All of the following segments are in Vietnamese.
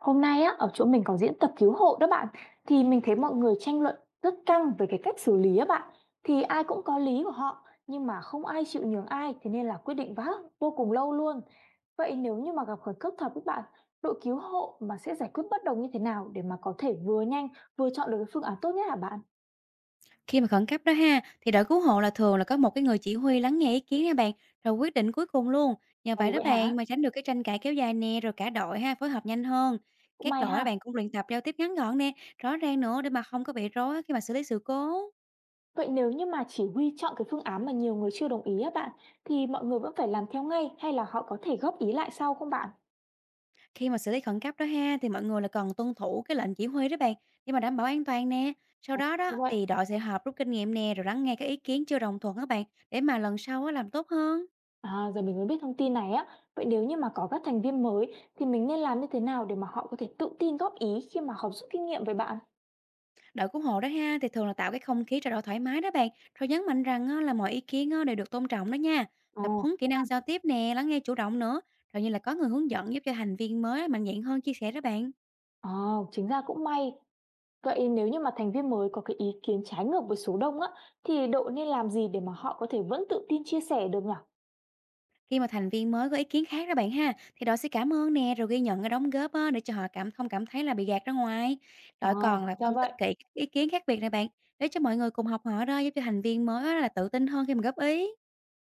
Hôm nay á, ở chỗ mình có diễn tập cứu hộ đó bạn, thì mình thấy mọi người tranh luận rất căng về cái cách xử lý á bạn. Thì ai cũng có lý của họ, nhưng mà không ai chịu nhường ai, thế nên là quyết định vã vô cùng lâu luôn. Vậy nếu như mà gặp khẩn cấp thật các bạn, đội cứu hộ mà sẽ giải quyết bất đồng như thế nào để mà có thể vừa nhanh vừa chọn được cái phương án tốt nhất hả bạn? Khi mà khẩn cấp đó ha, thì đội cứu hộ là thường là có một cái người chỉ huy lắng nghe ý kiến nha bạn, rồi quyết định cuối cùng luôn. Nhờ vậy Ồ đó vậy hả? bạn mà tránh được cái tranh cãi kéo dài nè, rồi cả đội ha phối hợp nhanh hơn. Cũng Các may đội đó ha. bạn cũng luyện tập giao tiếp ngắn gọn nè, rõ ràng nữa để mà không có bị rối khi mà xử lý sự cố. Vậy nếu như mà chỉ huy chọn cái phương án mà nhiều người chưa đồng ý á bạn, thì mọi người vẫn phải làm theo ngay hay là họ có thể góp ý lại sau không bạn? Khi mà xử lý khẩn cấp đó ha, thì mọi người là cần tuân thủ cái lệnh chỉ huy đó bạn, để mà đảm bảo an toàn nè. Sau Ồ, đó đó vậy thì đội sẽ họp rút kinh nghiệm nè, rồi lắng nghe các ý kiến chưa đồng thuận các bạn, để mà lần sau á làm tốt hơn. à, giờ mình mới biết thông tin này á. Vậy nếu như mà có các thành viên mới thì mình nên làm như thế nào để mà họ có thể tự tin góp ý khi mà học rút kinh nghiệm với bạn? Đội cứu hộ đó ha thì thường là tạo cái không khí trao đổi thoải mái đó bạn, rồi nhấn mạnh rằng á, là mọi ý kiến á, đều được tôn trọng đó nha. Tập Ồ, huấn kỹ năng giao tiếp nè, lắng nghe chủ động nữa, rồi như là có người hướng dẫn giúp cho thành viên mới mạnh dạn hơn chia sẻ đó bạn. à, chính ra cũng may. Vậy nếu như mà thành viên mới có cái ý kiến trái ngược với số đông á, thì đội nên làm gì để mà họ có thể vẫn tự tin chia sẻ được nhỉ? Khi mà thành viên mới có ý kiến khác đó bạn ha, thì đội sẽ cảm ơn nè, rồi ghi nhận cái đóng góp á, để cho họ không cảm thấy là bị gạt ra ngoài. Đội còn Ồ, là ra phân tích vậy. kỹ các ý kiến khác biệt này bạn, để cho mọi người cùng học hỏi đó, giúp cho thành viên mới á, là tự tin hơn khi mà góp ý.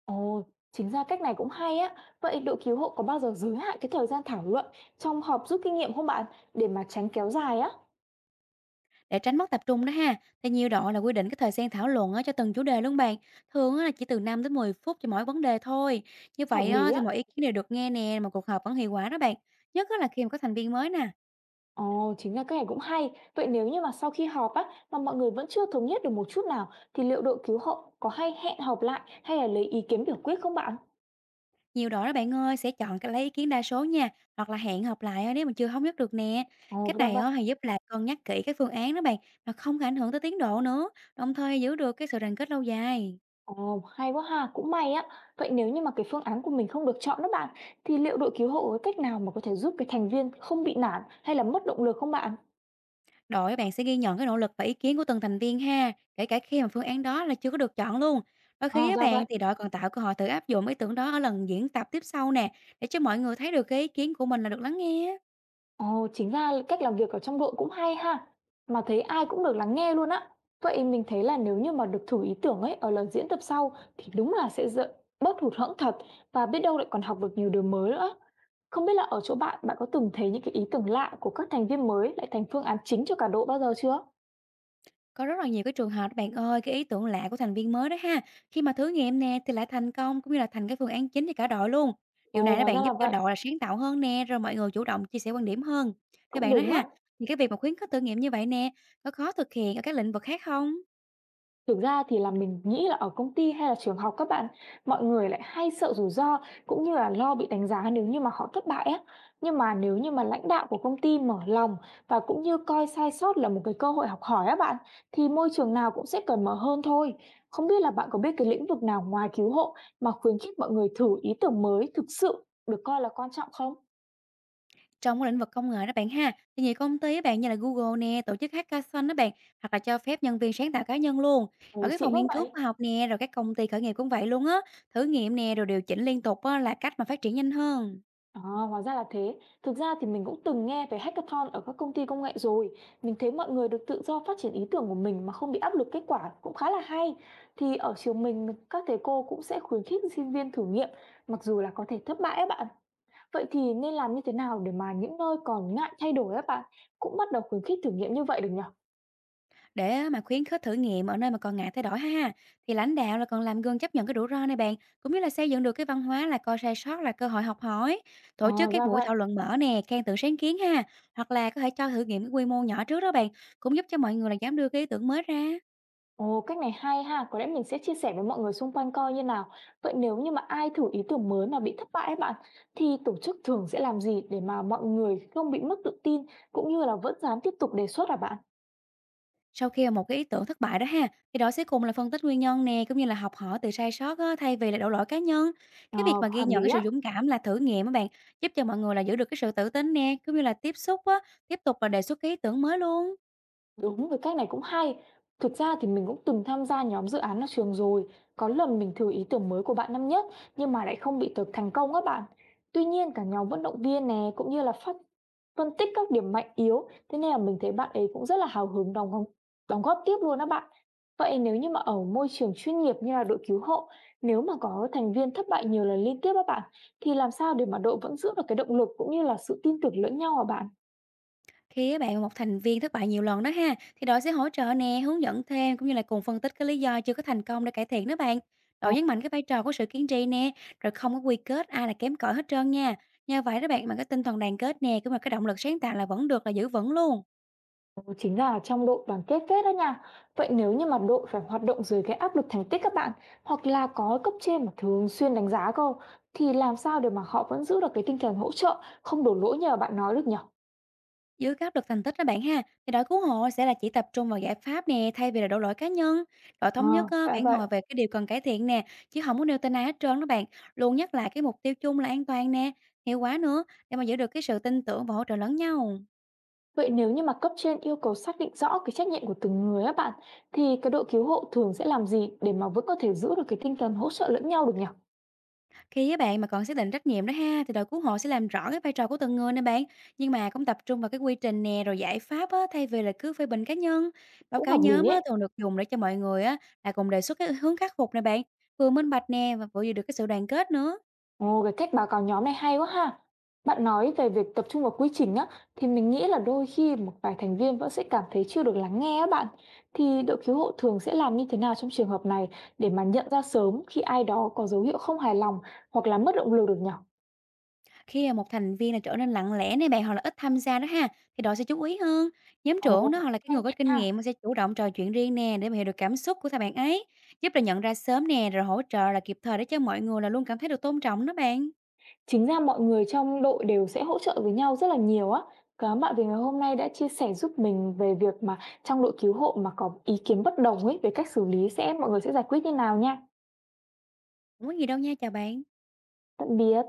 Ồ, chính ra cách này cũng hay á. Vậy đội cứu hộ có bao giờ giới hạn cái thời gian thảo luận trong họp rút kinh nghiệm không bạn? Để mà tránh kéo dài á, Để tránh mất tập trung đó ha, thì nhiều đội là quy định cái thời gian thảo luận á, cho từng chủ đề luôn bạn. Thường á, là chỉ từ 5 đến 10 phút cho mỗi vấn đề thôi. Như hợp vậy lý á, thì á. mọi ý kiến đều được nghe nè, mà cuộc họp vẫn hiệu quả đó bạn. Nhất á, là khi mà có thành viên mới nè. Ồ, chính là cái này cũng hay. Vậy nếu như mà sau khi họp á, mà mọi người vẫn chưa thống nhất được một chút nào, thì liệu đội cứu hộ có hay hẹn họp lại hay là lấy ý kiến biểu quyết không bạn? Nhiều đội đó bạn ơi sẽ chọn cái lấy ý kiến đa số nha, hoặc là hẹn họp lại á, nếu mà chưa thống nhất được nè. Ồ, Cách ra này vậy. á, thì giúp là cân nhắc kỹ cái phương án đó bạn, mà không có ảnh hưởng tới tiến độ nữa, đồng thời giữ được cái sự đoàn kết lâu dài. Ồ, hay quá ha, cũng may á. Vậy nếu như mà cái phương án của mình không được chọn đó bạn, thì liệu đội cứu hộ có cách nào mà có thể giúp cái thành viên không bị nản hay là mất động lực không bạn? Đội bạn sẽ ghi nhận cái nỗ lực và ý kiến của từng thành viên ha, kể cả khi mà phương án đó là chưa có được chọn luôn. Đôi khi À, á ra bạn vậy. thì đội còn tạo cơ hội thử áp dụng ý tưởng đó ở lần diễn tập tiếp sau nè, để cho mọi người thấy được cái ý kiến của mình là được lắng nghe. Á. Ồ, chính ra là cách làm việc ở trong đội cũng hay ha, mà thấy ai cũng được lắng nghe luôn á. Vậy mình thấy là nếu như mà được thử ý tưởng ấy ở lần diễn tập sau thì đúng là sẽ dỡ bớt hụt hẫng thật và biết đâu lại còn học được nhiều điều mới nữa. Không biết là ở chỗ bạn, bạn có từng thấy những cái ý tưởng lạ của các thành viên mới lại thành phương án chính cho cả đội bao giờ chưa? Có rất là nhiều cái trường hợp đó bạn ơi, cái ý tưởng lạ của thành viên mới đó ha. Khi mà thử nghiệm nè thì lại thành công cũng như là thành cái phương án chính cho cả đội luôn. Điều Ồ, này đó hóa ra bạn là giúp cho vậy, đội là sáng tạo hơn nè, rồi mọi người chủ động chia sẻ quan điểm hơn. Theo cũng bạn đó đúng á. ha, thì cái việc mà khuyến khích thử nghiệm như vậy nè, có khó thực hiện ở các lĩnh vực khác không? Thực ra thì là mình nghĩ là ở công ty hay là trường học các bạn, mọi người lại hay sợ rủi ro cũng như là lo bị đánh giá nếu như mà họ thất bại á. Nhưng mà nếu như mà lãnh đạo của công ty mở lòng và cũng như coi sai sót là một cái cơ hội học hỏi á bạn, thì môi trường nào cũng sẽ cởi mở hơn thôi. Không biết là bạn có biết cái lĩnh vực nào ngoài cứu hộ mà khuyến khích mọi người thử ý tưởng mới thực sự được coi là quan trọng không? Trong cái lĩnh vực công nghệ đó bạn ha, thì nhiều công ty á bạn như là Google nè, tổ chức hackathon đó bạn, hoặc là cho phép nhân viên sáng tạo cá nhân luôn. Ồ, Ở cái xịn phòng quá nghiên cứu vậy! khoa học nè, rồi các công ty khởi nghiệp cũng vậy luôn á, thử nghiệm nè, rồi điều chỉnh liên tục á, là cách mà phát triển nhanh hơn. À, hóa ra là thế. Thực ra thì mình cũng từng nghe về hackathon ở các công ty công nghệ rồi. Mình thấy mọi người được tự do phát triển ý tưởng của mình mà không bị áp lực kết quả cũng khá là hay. Thì ở trường mình, các thầy cô cũng sẽ khuyến khích sinh viên thử nghiệm, mặc dù là có thể thất bại ấy bạn. Vậy thì nên làm như thế nào để mà những nơi còn ngại thay đổi ấy bạn cũng bắt đầu khuyến khích thử nghiệm như vậy được nhỉ? Để á mà khuyến khích thử nghiệm ở nơi mà còn ngại thay đổi ha, thì lãnh đạo là còn làm gương chấp nhận cái rủi ro này bạn, cũng như là xây dựng được cái văn hóa là coi sai sót là cơ hội học hỏi. Tổ À, chức các ra buổi vậy. thảo luận mở nè, khen thưởng sáng kiến ha, hoặc là có thể cho thử nghiệm cái quy mô nhỏ trước đó bạn, cũng giúp cho mọi người là dám đưa cái ý tưởng mới ra. Ồ, cách này hay ha, có lẽ mình sẽ chia sẻ với mọi người xung quanh coi như nào. Vậy nếu như mà ai thử ý tưởng mới mà bị thất bại ấy bạn, thì tổ chức thường sẽ làm gì để mà mọi người không bị mất tự tin cũng như là vẫn dám tiếp tục đề xuất à bạn? Sau khi mà một cái ý tưởng thất bại đó ha, thì đội sẽ cùng là phân tích nguyên nhân nè, cũng như là học hỏi từ sai sót á, thay vì là đổ lỗi cá nhân. Ờ, Cái việc mà ghi hợp nhận lý cái á. sự dũng cảm là thử nghiệm các bạn, giúp cho mọi người là giữ được cái sự tự tin nè, cũng như là tiếp tục là đề xuất cái ý tưởng mới luôn. Đúng rồi, cách này cũng hay. Thực ra thì mình cũng từng tham gia nhóm dự án ở trường rồi. Có lần mình thử ý tưởng mới của bạn năm nhất nhưng mà lại không bị thực thành công các bạn. Tuy nhiên cả nhóm vận động viên này cũng như là phát phân tích các điểm mạnh yếu. Thế nên là mình thấy bạn ấy cũng rất là hào hứng đóng góp tiếp luôn đó bạn. Vậy nếu như mà ở môi trường chuyên nghiệp như là đội cứu hộ, nếu mà có thành viên thất bại nhiều lần liên tiếp các bạn, thì làm sao để mà đội vẫn giữ được cái động lực cũng như là sự tin tưởng lẫn nhau hả bạn? Khi các bạn một thành viên thất bại nhiều lần đó ha, thì đội sẽ hỗ trợ nè, hướng dẫn thêm cũng như là cùng phân tích cái lý do chưa có thành công để cải thiện đó bạn. Đội nhấn mạnh cái vai trò của sự kiên trì nè, rồi không có quy kết ai là kém cỏi hết trơn nha. Nhờ vậy đó bạn mà cái tinh thần đoàn kết nè, cũng như là cái động lực sáng tạo là vẫn được là giữ vững luôn. Ừ, chính là trong đội đoàn kết phết đó nha. Vậy nếu như mà đội phải hoạt động dưới cái áp lực thành tích các bạn hoặc là có cấp trên mà thường xuyên đánh giá cơ, thì làm sao để mà họ vẫn giữ được cái tinh thần hỗ trợ không đổ lỗi như là bạn nói được nhỉ? Dưới cái được thành tích đó bạn ha, thì đội cứu hộ sẽ là chỉ tập trung vào giải pháp nè, thay vì là đổ lỗi cá nhân. Đội Ờ, thống nhất à, á, phải phản vậy. hồi về cái điều cần cải thiện nè, chứ không có nêu tên ai hết trơn đó bạn. Luôn nhắc lại cái mục tiêu chung là an toàn nè, hiệu quả nữa, để mà giữ được cái sự tin tưởng và hỗ trợ lẫn nhau. Vậy nếu như mà cấp trên yêu cầu xác định rõ cái trách nhiệm của từng người á bạn, thì cái đội cứu hộ thường sẽ làm gì để mà vẫn có thể giữ được cái tinh thần hỗ trợ lẫn nhau được nhỉ? Khi á bạn mà còn xác định trách nhiệm đó ha, thì đội cứu hộ sẽ làm rõ cái vai trò của từng người nè bạn, nhưng mà cũng tập trung vào cái quy trình nè, rồi giải pháp á, thay vì là cứ phê bình cá nhân. Báo Cũng cáo hợp lý nhóm á, ấy. thường được dùng để cho mọi người á là cùng đề xuất cái hướng khắc phục nè bạn, vừa minh bạch nè và vừa giữ được cái sự đoàn kết nữa. Ồ, cái cách báo cáo nhóm này hay quá ha. Bạn nói về việc tập trung vào quy trình á, thì mình nghĩ là đôi khi một vài thành viên vẫn sẽ cảm thấy chưa được lắng nghe á bạn. Thì đội cứu hộ thường sẽ làm như thế nào trong trường hợp này để mà nhận ra sớm khi ai đó có dấu hiệu không hài lòng hoặc là mất động lực được nhỉ? Khi mà một thành viên là trở nên lặng lẽ nè bạn, hoặc là ít tham gia đó ha, thì đội sẽ chú ý hơn. Nhóm Ồ, trưởng đó hoặc là cái hay người có nhẹ kinh ha. nghiệm sẽ chủ động trò chuyện riêng nè, để mà hiểu được cảm xúc của thằng bạn ấy, giúp là nhận ra sớm nè, rồi hỗ trợ là kịp thời để cho mọi người là luôn cảm thấy được tôn trọng đó bạn. Chính ra mọi người trong đội đều sẽ hỗ trợ với nhau rất là nhiều á. Cảm ơn bạn vì ngày hôm nay đã chia sẻ giúp mình về việc mà trong đội cứu hộ mà có ý kiến bất đồng ấy về cách xử lý sẽ mọi người sẽ giải quyết như nào nha. Hổng có gì đâu nha, chào bạn. Tạm biệt.